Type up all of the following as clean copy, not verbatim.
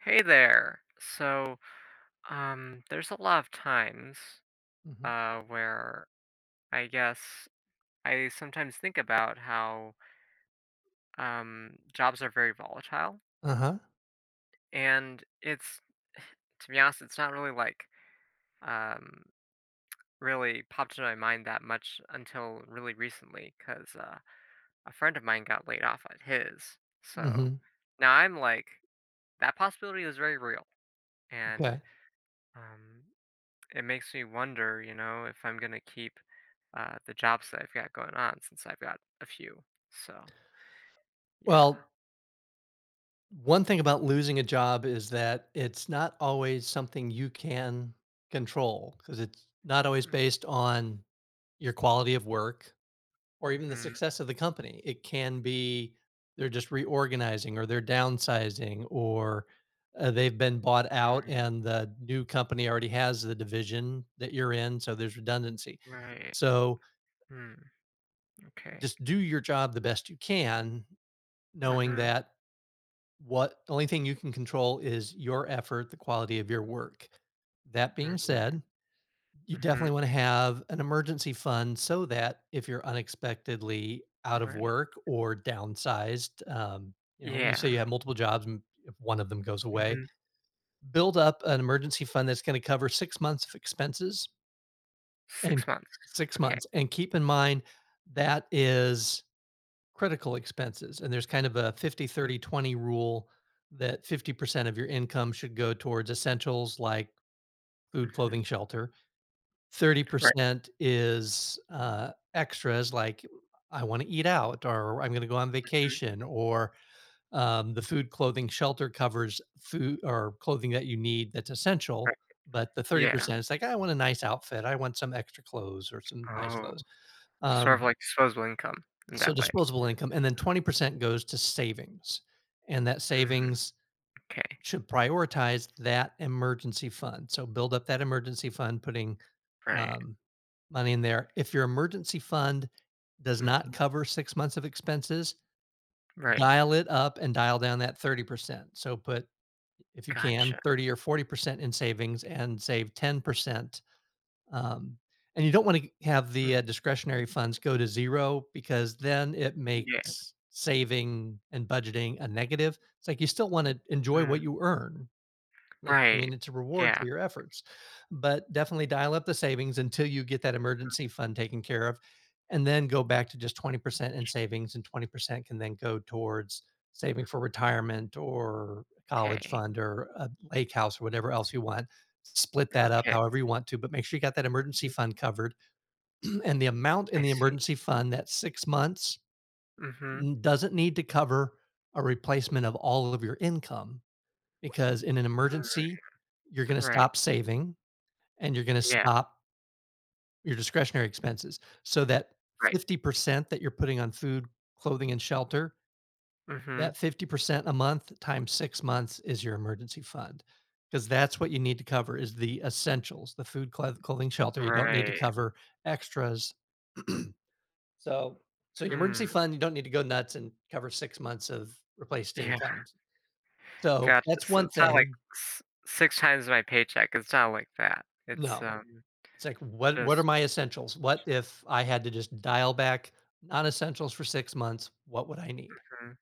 Hey there. So, there's a lot of times Mhm. Where I guess I sometimes think about how jobs are very volatile, Uh-huh. and it's, to be honest, it's not really like um, really popped into my mind that much until really recently, because a friend of mine got laid off at his. So Mhm. now I'm like, that possibility is very real, and Okay. um, it makes me wonder, you know, if I'm gonna keep the jobs that I've got going on since I've got a few. So yeah. Well, one Mm, thing about losing a job is that it's not always something you can control because it's not always mm, based on your quality of work or even the mhm. success of the company. It can be they're just reorganizing or they're downsizing or they've been bought out Mm, and the new company already has the division that you're in. So there's redundancy. right. So Mm, okay. just do your job the best you can, knowing Mhm. that. What The only thing you can control is your effort, the quality of your work. That being Mhm. said, you definitely Mhm. want to have an emergency fund so that if you're unexpectedly out of Right. work or downsized, you say Yeah. you have multiple jobs and if one of them goes away, Mhm. build up an emergency fund that's going to cover 6 months of expenses and 6 months. six Okay. months. And keep in mind that is critical expenses. And there's kind of a fifty Mhm. thirty twenty rule that 50% of your income should go towards essentials like food, Mhm. clothing, shelter. Right. 30% is extras like I want to eat out or I'm going to go on Mhm. vacation, or the food, clothing, shelter covers food or clothing that you need that's essential. Right. But the Yeah. 30% is like, I want a nice outfit. I want some extra clothes or some nice clothes. Oh. Sort of Um, like disposable income in so that way. disposable income, and then 20% goes to savings. And that Mm, savings okay. should prioritize that emergency fund. So build up that emergency fund, putting Right. um, money in there. If your emergency fund does not Mhm. cover 6 months of expenses, Right. dial it up and dial down that 30%. So put, if you can, Gotcha. 30 or 40% in savings and save 10%. um, and you don't want to have the Mm, discretionary funds go to zero because then it yeah. makes saving and budgeting a negative. It's like you still want to enjoy Mm, what you earn. It I mean, right. it's a reward for Yeah. your efforts, but definitely dial up the savings until you get that emergency fund taken care of, and then go back to just 20% in Gotcha. savings, and 20% can then go towards saving for retirement or a college Okay. fund or a lake house or whatever else you want. Split that up Okay. however you want to, but make sure you got that emergency Mm, fund covered. And the amount in I the see. emergency fund, that 6 months, Mhm. n doesn't need to cover a replacement of all of your income, because in an Mm, emergency, you're gonna right. stop saving and you're gonna Yeah, stop your discretionary expenses. So that right. 50% that you're putting on food, clothing, and shelter, Mhm. that 50% a month times 6 months is your emergency fund, because that's what you need to cover, is the essentials, the food, clothing, shelter. You don't need to Right. cover extras, so so your emergency Hmm. fund, you don't need to go nuts and cover 6 months of replaced Yeah, incomes. So gotcha. that's So one it's not like thing. s 6 times my paycheck, it's not like that. It's, No, it's like, what are just. my essentials? What if I had to just dial back non-essentials for 6 months, what would I need? Mm,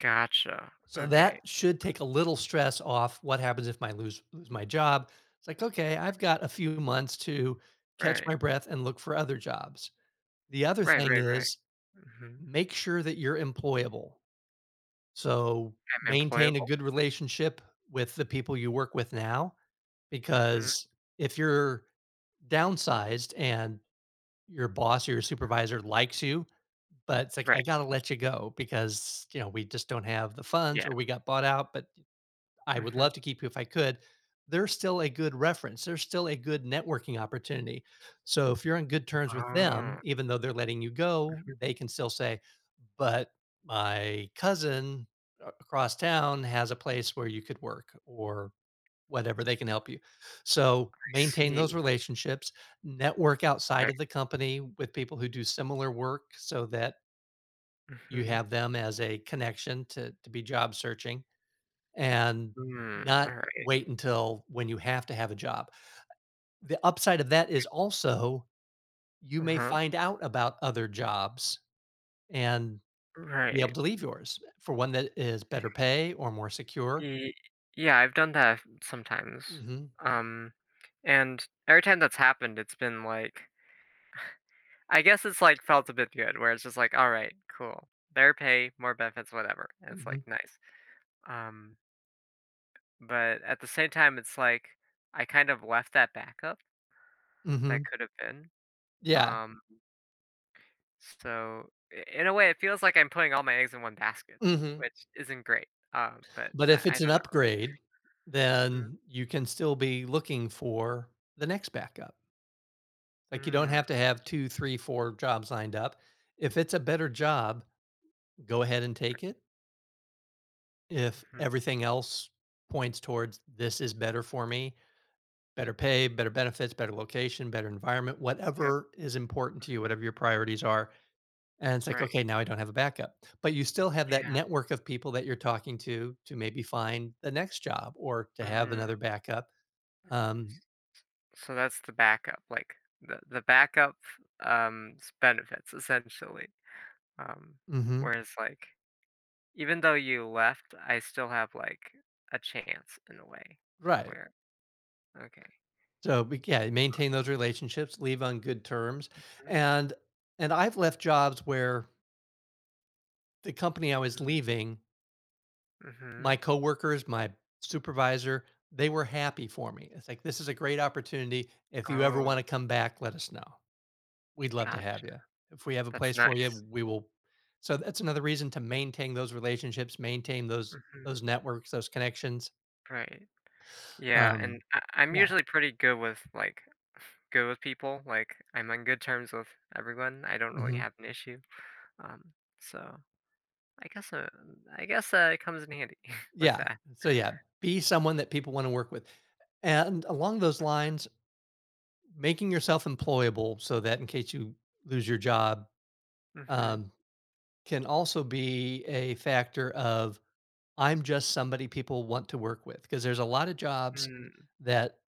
gotcha. So that Okay. should take a little stress off what happens if I lose my job. It's like, okay, I've got a few months to catch Right. my breath and look for other jobs. The other Right, thing right, right. is Mhm. make sure that you're employable. So I'm maintain a employable? good relationship with the people you work with now, Mhm. because if you're downsized and your boss or your supervisor likes you, but it's like, "I Right. gotta let you go because, you know, we just don't have the funds Yeah. or we got bought out, but I would Mhm. love to keep you if I could." They're still a good reference. They're still a good networking opportunity. So if you're on good terms with Oh. them, even though they're letting you go, Mhm. they can still say, "But my cousin a across town has a place where you could work," or whatever, they can help you. So, I maintain those see. relationships, network outside Right. of the company with people who do similar work, so that you Mhm. have them as a connection to be job searching and Mm, not alright. wait until when you have to have a job. The upside of that is also you may Uh-huh. find out about other jobs and be able Right. to leave yours for one that is better pay or more secure. Y yeah, I've done that sometimes, Mhm, um, and every time that's happened, it's been like I guess it's, like, felt a bit good where it's just like, "Alright, cool. Better pay, more benefits, whatever," and it's mhm, like, "Nice." Um, but at the same time, it's like I kind of left that backup that mhm. could have been, Yeah, um, so I in a way, it feels like I'm putting all my eggs in one basket, mhm. which isn't great, but But if I it's I an don't know. upgrade, Mhm. then you can still be looking for the next backup. Like you don't Mm. have to have two, three, four jobs lined up. If it's a better Mhm. job, go ahead and take it. If Mhm. everything else points towards this is better for me, better pay, better benefits, better location, better environment, Yep. whatever is important to you, whatever your priorities are. And it's like, Right. okay, now I don't have a backup. But you still have that Yeah. network of people that you're talking to maybe find the next job or to have another Mm, backup. Um, so that's the backup, like, the backup, s benefits, essentially, um, mhm, whereas, like, even though you left, I still have, like, a chance in a way right. where. Okay. So, but yeah, maintain those relationships, leave on good terms, Mhm, and and I've left jobs where the company I was mhm, leaving, my mhm. coworkers, my supervisor, they were happy for me. It's like this is a great opportunity. If you ever want Oh, to come back, let us know. We'd love to have gotcha. you. If we have a That's place for you, nice. we will. So that's another reason to maintain those relationships, maintain those Mhm, those networks, those connections. right. Yeah, and Um, I'm yeah. usually pretty good with, like good with people, like, I'm on good terms with everyone, I don't really Mhm. have an issue, um, so I guess, uh, I guess, it comes in handy with Yeah. that. So yeah, be someone that people want to work with. And along those lines, making yourself employable so that in case you lose your job, Mhm. um, can also be a factor of I'm just somebody people want to work with. Because there's a lot of jobs Mm, that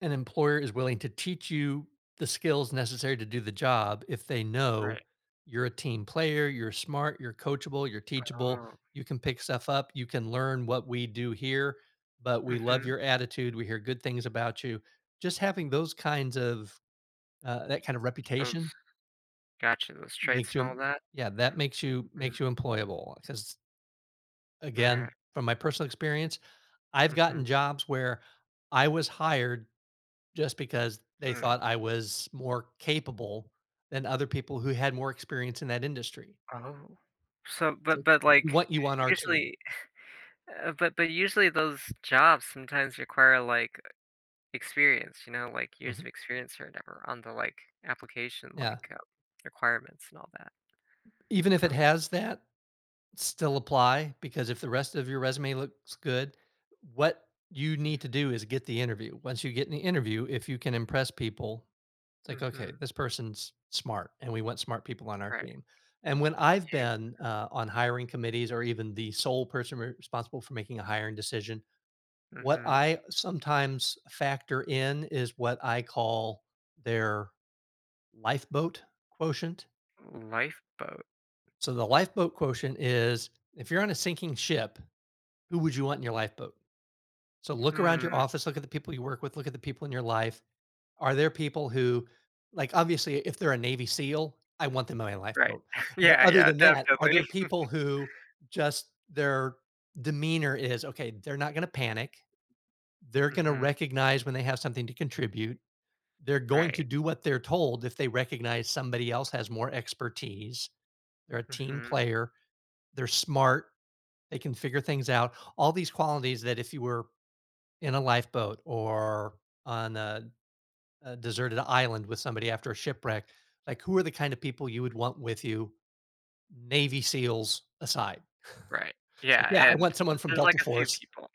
an employer is willing to teach you the skills necessary to do the job if they know right. you're a team player, you're smart, you're coachable, you're teachable, Oh. you can pick stuff up, you can learn what we do here, but we love Mhm. your attitude, we hear good things about you. Just having those kinds of that kind of Those reputation Gotcha, those traits makes and you, all that? yeah, that makes you Mm, makes you employable, because again, right. from my personal experience, I've Mhm. gotten jobs where I was hired just because they Mm. thought I was more capable than other people who had more experience in that industry. Oh. So It's but like, but, "We like, want you on our team." usually but usually those jobs sometimes require, like, experience, you know, like, years of Mhm, experience or whatever on the, like, application, yeah. like, requirements and all that. Even if it Oh, has that, still apply, because if the rest of your resume looks good, what you mm, need to do is get the interview. Once you get in the interview, if you can impress people, it's like, "Okay, mhm. this person's smart, and we want smart people on our Right, team." And when I've yeah. been, on hiring committees or even the sole person responsible for making a hiring decision, what Mhm. I sometimes factor in is what I call their lifeboat quotient. Lifeboat. So the lifeboat quotient is if you're on a sinking ship, who would you want in your lifeboat? So look around your Hmm. office, look at the people you work with, look at the people in your life. Are there people who, like, obviously, if they're a Navy SEAL, I want them in my Right. lifeboat. But Yeah, other yeah, than that, are there definitely. people who just their demeanor is okay, they're not going to panic. They're going to Mhm. recognize when they have something to contribute. They're going to Right. do what they're told if they recognize somebody else has more expertise. They're a team Mhm. player. They're smart. They can figure things out. All these qualities that if you were in a lifeboat or on a deserted island with somebody after a shipwreck, like who are the kind of people you would want with you? Navy SEALs aside. Right. Like, Yeah, yeah, I and want someone from there's, like, Delta a few Force. people.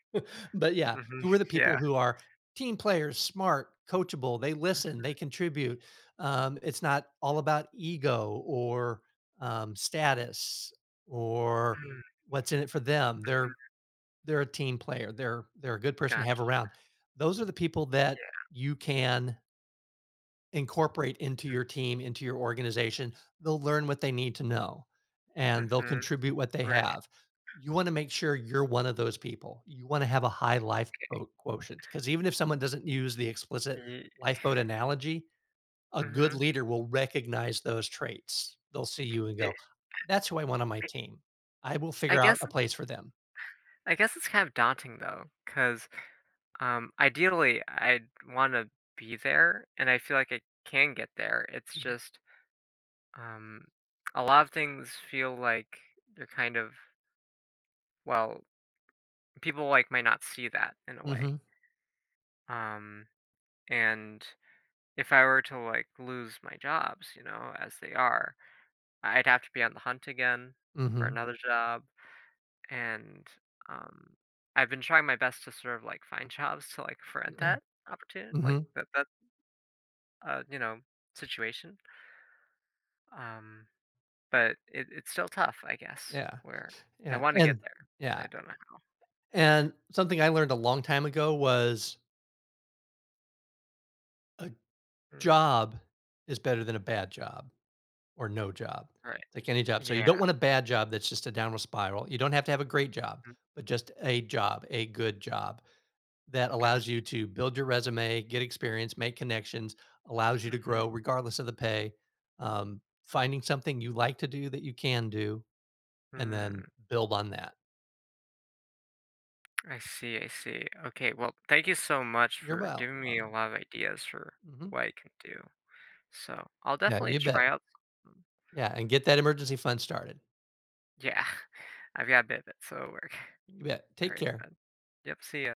But yeah, Mhm. who are the people Yeah. who are team players, smart, coachable, they listen, they contribute. It's not all about ego or status, or Mm, what's in it for them. They're mhm. A team player. They're a good person to have Gotcha. around. Those are the people that Yeah. you can incorporate into your team, into your organization. They'll learn what they need to know and Mhm. they'll Mhm. contribute what they Right. have. You want to make sure you're one of those people. You want to have a high lifeboat quotient, because even if someone doesn't use the explicit Ye lifeboat analogy, a good Mhm. leader will recognize those traits. They'll see you and It go, "That's who I want on my it team. I will I figure out guess a place for them." I guess it's kind of daunting, though, 'cause, ideally, I'd wanna be there, and I feel like I can get there. It's Mhm. just, um, a lot of things feel like they're kind of, well, people, like, might not see that in a Mhm. way. Um And if I were to like lose my jobs, you know, as they are, I'd have to be on the hunt again for Mhm. another job. And um, I've been trying my best to sort of like find jobs to like prevent Yeah. that opportunity, like Mhm. that uh, you know situation. Um, but it's still tough, I guess. Yeah. Where I Yeah. want to get And there, yeah. I don't know. And something I learned a long time ago was a How. Mm, job is better than a bad job or no job. right. It's like any job. So you don't Yeah. want a bad job that's just a downward spiral. You don't have to have a great job, Mm, but just a job, a good job that allows gotcha. you to build your resume, get experience, make connections, allows you to grow Mm-hmm. regardless of the pay. Finding something you like to do that you can do, and then Hmm. build on that. I see, I see. Okay, well, thank you so much You're for giving me a welcome. lot of ideas for Hmm, what I can do. So I'll yeah, definitely you try bet. out. some- Yeah, and get that emergency fund started. Yeah, I've got a bit of it, so it'll work. You bet. All Take right, care. then. Yep, see ya.